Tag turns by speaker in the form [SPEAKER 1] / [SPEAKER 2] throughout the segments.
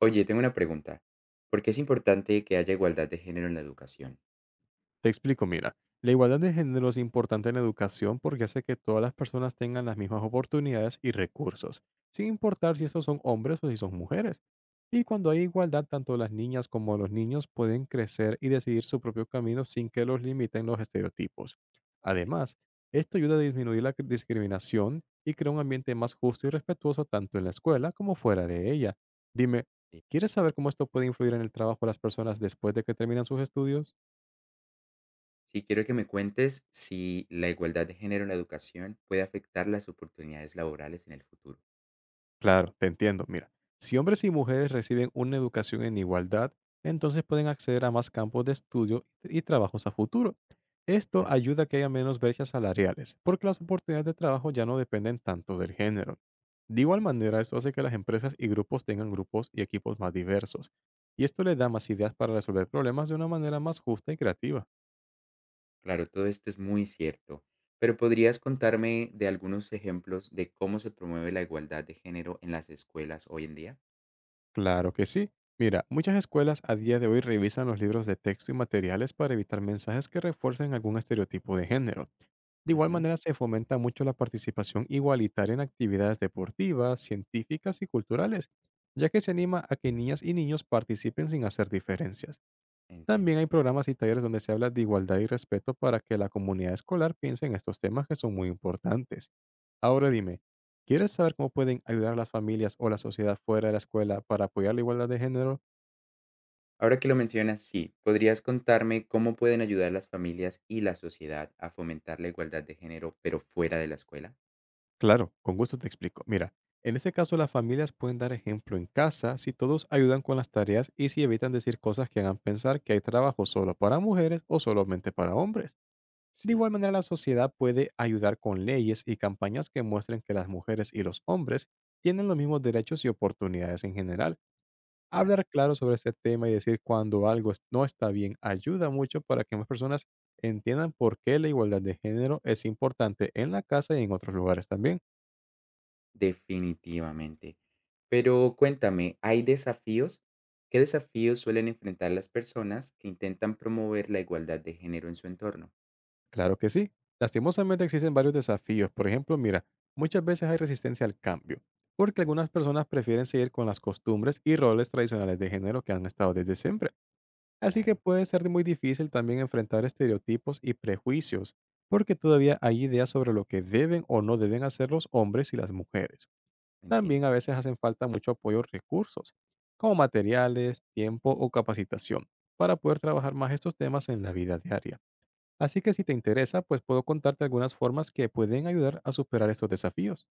[SPEAKER 1] Oye, tengo una pregunta. ¿Por qué es importante que haya igualdad de género en la educación?
[SPEAKER 2] Te explico, mira, la igualdad de género es importante en la educación porque hace que todas las personas tengan las mismas oportunidades y recursos, sin importar si estos son hombres o si son mujeres. Y cuando hay igualdad, tanto las niñas como los niños pueden crecer y decidir su propio camino sin que los limiten los estereotipos.
[SPEAKER 1] Vale,
[SPEAKER 2] Además, esto ayuda a disminuir la discriminación y crea un ambiente más justo y respetuoso tanto en la escuela como fuera de ella. Dime,
[SPEAKER 1] sí.
[SPEAKER 2] ¿quieres saber cómo esto puede influir en el trabajo de las personas después de que terminan sus estudios?
[SPEAKER 1] Sí, quiero que me cuentes si la igualdad de género en la educación puede afectar las oportunidades laborales en el futuro.
[SPEAKER 2] Claro, te entiendo. Mira, si hombres y mujeres reciben una educación en igualdad, entonces pueden acceder a más campos de estudio y trabajos a futuro. Esto
[SPEAKER 1] Mm,
[SPEAKER 2] ayuda a que haya menos brechas salariales, porque las oportunidades de trabajo ya no dependen tanto del género. De igual
[SPEAKER 1] sí,
[SPEAKER 2] manera, esto hace que las empresas y grupos tengan grupos y equipos más diversos, y esto les da más ideas para resolver problemas de una manera más justa y creativa.
[SPEAKER 1] claro, todo esto es muy cierto, pero ¿podrías contarme de algunos ejemplos de cómo se promueve la igualdad de género en las escuelas hoy en día?
[SPEAKER 2] Claro que sí. Mira, muchas escuelas a día de hoy revisan los libros de texto y materiales para evitar mensajes que refuercen algún estereotipo de género. De igual
[SPEAKER 1] Ujú.
[SPEAKER 2] manera, se fomenta mucho la participación igualitaria en actividades deportivas, científicas y culturales, ya que se anima a que niñas y niños participen sin hacer diferencias. También
[SPEAKER 1] Entiendo,
[SPEAKER 2] hay programas y talleres donde se habla de igualdad y respeto para que la comunidad escolar piense en estos temas que son muy importantes. Ahora
[SPEAKER 1] sí.
[SPEAKER 2] dime, ¿quieres saber cómo pueden ayudar a las familias o la sociedad fuera de la escuela para apoyar la igualdad de género?
[SPEAKER 1] Ahora que lo mencionas, sí, ¿podrías contarme cómo pueden ayudar las familias y la sociedad a fomentar la igualdad de género, pero fuera de la escuela?
[SPEAKER 2] Claro, con gusto te explico. Mira, en este caso las familias pueden dar ejemplo en casa si todos ayudan con las tareas y si evitan decir cosas que hagan pensar que hay trabajo solo para mujeres o solamente para hombres. De
[SPEAKER 1] Sí,
[SPEAKER 2] igual manera, la sociedad puede ayudar con leyes y campañas que muestren que las mujeres y los hombres tienen los mismos derechos y oportunidades en general.
[SPEAKER 1] claro,
[SPEAKER 2] Hablar claro sobre este tema y decir cuando no está bien ayuda mucho para que más personas entiendan por qué la igualdad de género es importante en la casa y en otros lugares también.
[SPEAKER 1] definitivamente. Pero cuéntame, ¿hay desafíos? ¿Qué desafíos suelen enfrentar las personas que intentan promover la igualdad de género en su entorno?
[SPEAKER 2] Claro que sí. Lastimosamente existen varios desafíos. Por ejemplo, mira, muchas veces hay resistencia al cambio, porque algunas personas prefieren seguir con las costumbres y roles tradicionales de género que han estado desde siempre. Así que
[SPEAKER 1] Claro,
[SPEAKER 2] puede ser muy difícil también enfrentar estereotipos y prejuicios, porque todavía hay ideas sobre lo que deben o no deben hacer los hombres y las mujeres. También
[SPEAKER 1] entiendo.
[SPEAKER 2] a veces hacen falta mucho apoyo o recursos, como materiales, tiempo o capacitación, para poder trabajar más estos temas en la vida diaria. Así que si te interesa, pues puedo contarte algunas formas que pueden ayudar a superar estos desafíos.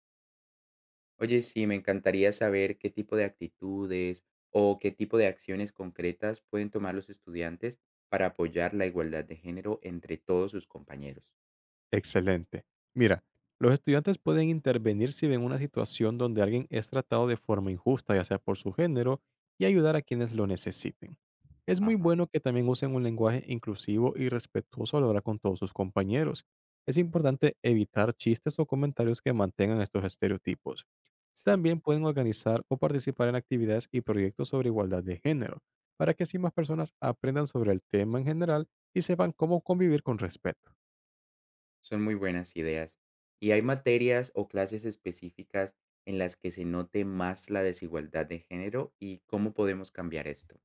[SPEAKER 1] Oye, sí, me encantaría saber qué tipo de actitudes o qué tipo de acciones concretas pueden tomar los estudiantes para apoyar la igualdad de género entre todos sus compañeros.
[SPEAKER 2] Excelente. Mira, los estudiantes pueden intervenir si ven una situación donde alguien es tratado de forma injusta, ya sea por su género, y ayudar a quienes lo necesiten. Es muy
[SPEAKER 1] Ajá,
[SPEAKER 2] bueno que también usen un lenguaje inclusivo y respetuoso al hablar con todos sus compañeros. Es importante evitar chistes o comentarios que mantengan estos estereotipos.
[SPEAKER 1] sí,
[SPEAKER 2] También pueden organizar o participar en actividades y proyectos sobre igualdad de género, para que así más personas aprendan sobre el tema en general y sepan cómo convivir con respeto.
[SPEAKER 1] son muy buenas ideas. ¿Y hay materias o clases específicas en las que se note más la desigualdad de género y cómo podemos cambiar esto?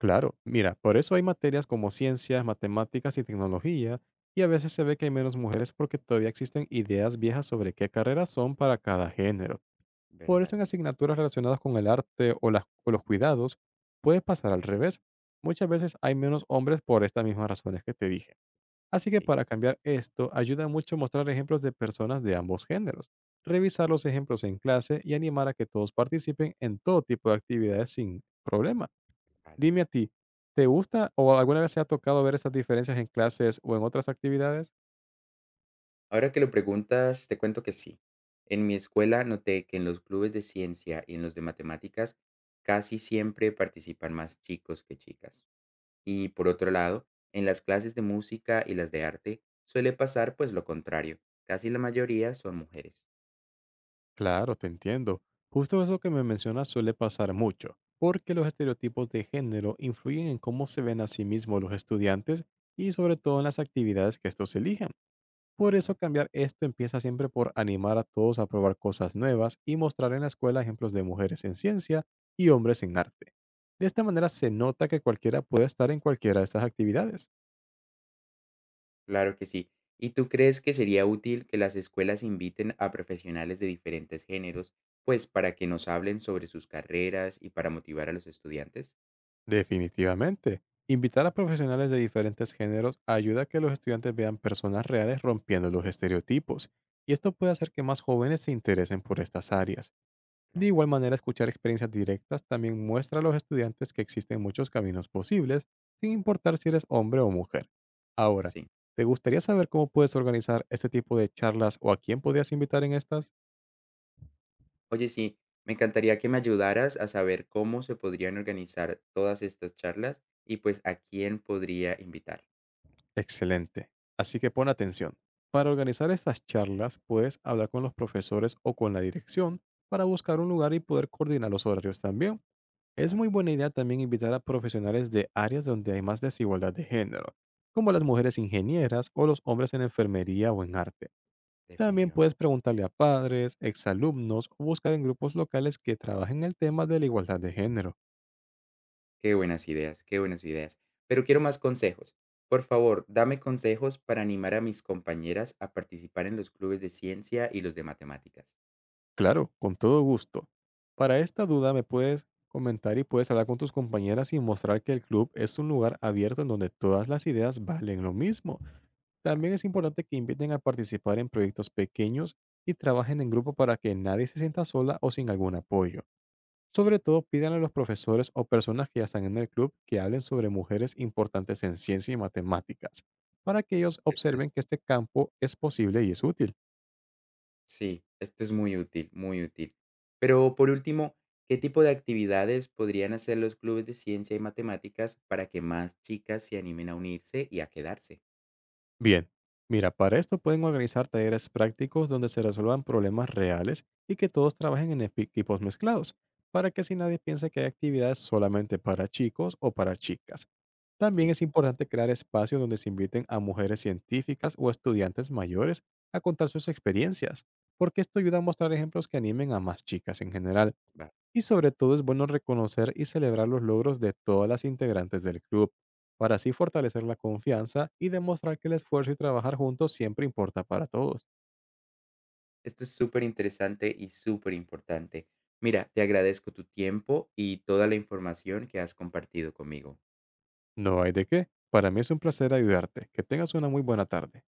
[SPEAKER 2] Claro, mira, por eso hay materias como ciencias, matemáticas y tecnología, y a veces se ve que hay menos mujeres porque todavía existen ideas viejas sobre qué carreras son para cada género. Por eso
[SPEAKER 1] ¿Verdad?
[SPEAKER 2] en asignaturas relacionadas con el arte o, o los cuidados puede pasar al revés. Muchas veces hay menos hombres por estas mismas razones que te dije. Así que
[SPEAKER 1] Sí,
[SPEAKER 2] para cambiar esto, ayuda mucho mostrar ejemplos de personas de ambos géneros, revisar los ejemplos en clase y animar a que todos participen en todo tipo de actividades sin problema.
[SPEAKER 1] vale.
[SPEAKER 2] Dime a ti, ¿te gusta o alguna vez se ha tocado ver esas diferencias en clases o en otras actividades?
[SPEAKER 1] Ahora que lo preguntas, te cuento que sí. En mi escuela noté que en los clubes de ciencia y en los de matemáticas casi siempre participan más chicos que chicas. Y por otro lado, en las clases de música y las de arte suele pasar pues lo contrario. Casi la mayoría son mujeres.
[SPEAKER 2] Claro, te entiendo. Justo eso que me mencionas suele pasar mucho, porque los estereotipos de género influyen en cómo se ven a sí mismos los estudiantes y sobre todo en las actividades que estos elijan. Por eso
[SPEAKER 1] Ajá,
[SPEAKER 2] cambiar esto empieza siempre por animar a todos a probar cosas nuevas y mostrar en la escuela ejemplos de mujeres en ciencia y hombres en arte. De esta manera se nota que cualquiera puede estar en cualquiera de estas actividades.
[SPEAKER 1] claro que sí. ¿Y tú crees que sería útil que las escuelas inviten a profesionales de diferentes géneros, pues para que nos hablen sobre sus carreras y para motivar a los estudiantes?
[SPEAKER 2] Definitivamente. Invitar a profesionales de diferentes géneros ayuda a que los estudiantes vean personas reales rompiendo los estereotipos, y esto puede hacer que más jóvenes se interesen por estas áreas. De
[SPEAKER 1] Claro,
[SPEAKER 2] igual manera, escuchar experiencias directas también muestra a los estudiantes que existen muchos caminos posibles, sin importar si eres hombre o mujer. Ahora,
[SPEAKER 1] sí.
[SPEAKER 2] ¿te gustaría saber cómo puedes organizar este tipo de charlas o a quién podrías invitar en estas?
[SPEAKER 1] Oye, sí, me encantaría que me ayudaras a saber cómo se podrían organizar todas estas charlas y pues a quién podría invitar.
[SPEAKER 2] Excelente. Así que pon atención. Para organizar estas charlas, puedes hablar con los profesores o con la dirección para buscar un lugar y poder coordinar los horarios también. Es
[SPEAKER 1] Vale,
[SPEAKER 2] muy buena idea también invitar a profesionales de áreas donde hay más desigualdad de género, como las mujeres ingenieras o los hombres en enfermería o en arte. También
[SPEAKER 1] definitivamente.
[SPEAKER 2] puedes preguntarle a padres, exalumnos o buscar en grupos locales que trabajen el tema de la igualdad de género.
[SPEAKER 1] Qué buenas ideas, qué buenas ideas. Pero quiero más consejos. Por favor, dame consejos para animar a mis compañeras a participar en los clubes de ciencia y los de matemáticas.
[SPEAKER 2] Claro, con todo gusto. Para esta duda me puedes comentar y puedes hablar con tus compañeras y mostrar que el club es un lugar abierto en donde todas las ideas valen lo mismo.
[SPEAKER 1] Vale,
[SPEAKER 2] También es importante que inviten a participar en proyectos pequeños y trabajen en grupo para que nadie se sienta sola o sin algún apoyo.
[SPEAKER 1] sí.
[SPEAKER 2] Sobre todo, pidan a los profesores o personas que ya están en el club que hablen sobre mujeres importantes en ciencia y matemáticas, para que ellos
[SPEAKER 1] Esto es,
[SPEAKER 2] observen que este campo es posible y es útil.
[SPEAKER 1] sí, esto es muy útil. Pero por último, ¿qué tipo de actividades podrían hacer los clubes de ciencia y matemáticas para que más chicas se animen a unirse y a quedarse?
[SPEAKER 2] Bien, mira, para esto pueden organizar talleres prácticos donde se resuelvan problemas reales y que todos trabajen en equipos mezclados, para que así nadie piense que hay actividades solamente para chicos o para chicas. También
[SPEAKER 1] Sí,
[SPEAKER 2] es importante crear espacios donde se inviten a mujeres científicas o estudiantes mayores a contar sus experiencias, porque esto ayuda a mostrar ejemplos que animen a más chicas en general.
[SPEAKER 1] va.
[SPEAKER 2] Y sobre todo es bueno reconocer y celebrar los logros de todas las integrantes del club para así fortalecer la confianza y demostrar que el esfuerzo y trabajar juntos siempre importa para todos.
[SPEAKER 1] Esto es súper interesante y súper importante. Mira, te agradezco tu tiempo y toda la información que has compartido conmigo.
[SPEAKER 2] No hay de qué. Para mí es un placer ayudarte. Que tengas una muy buena tarde.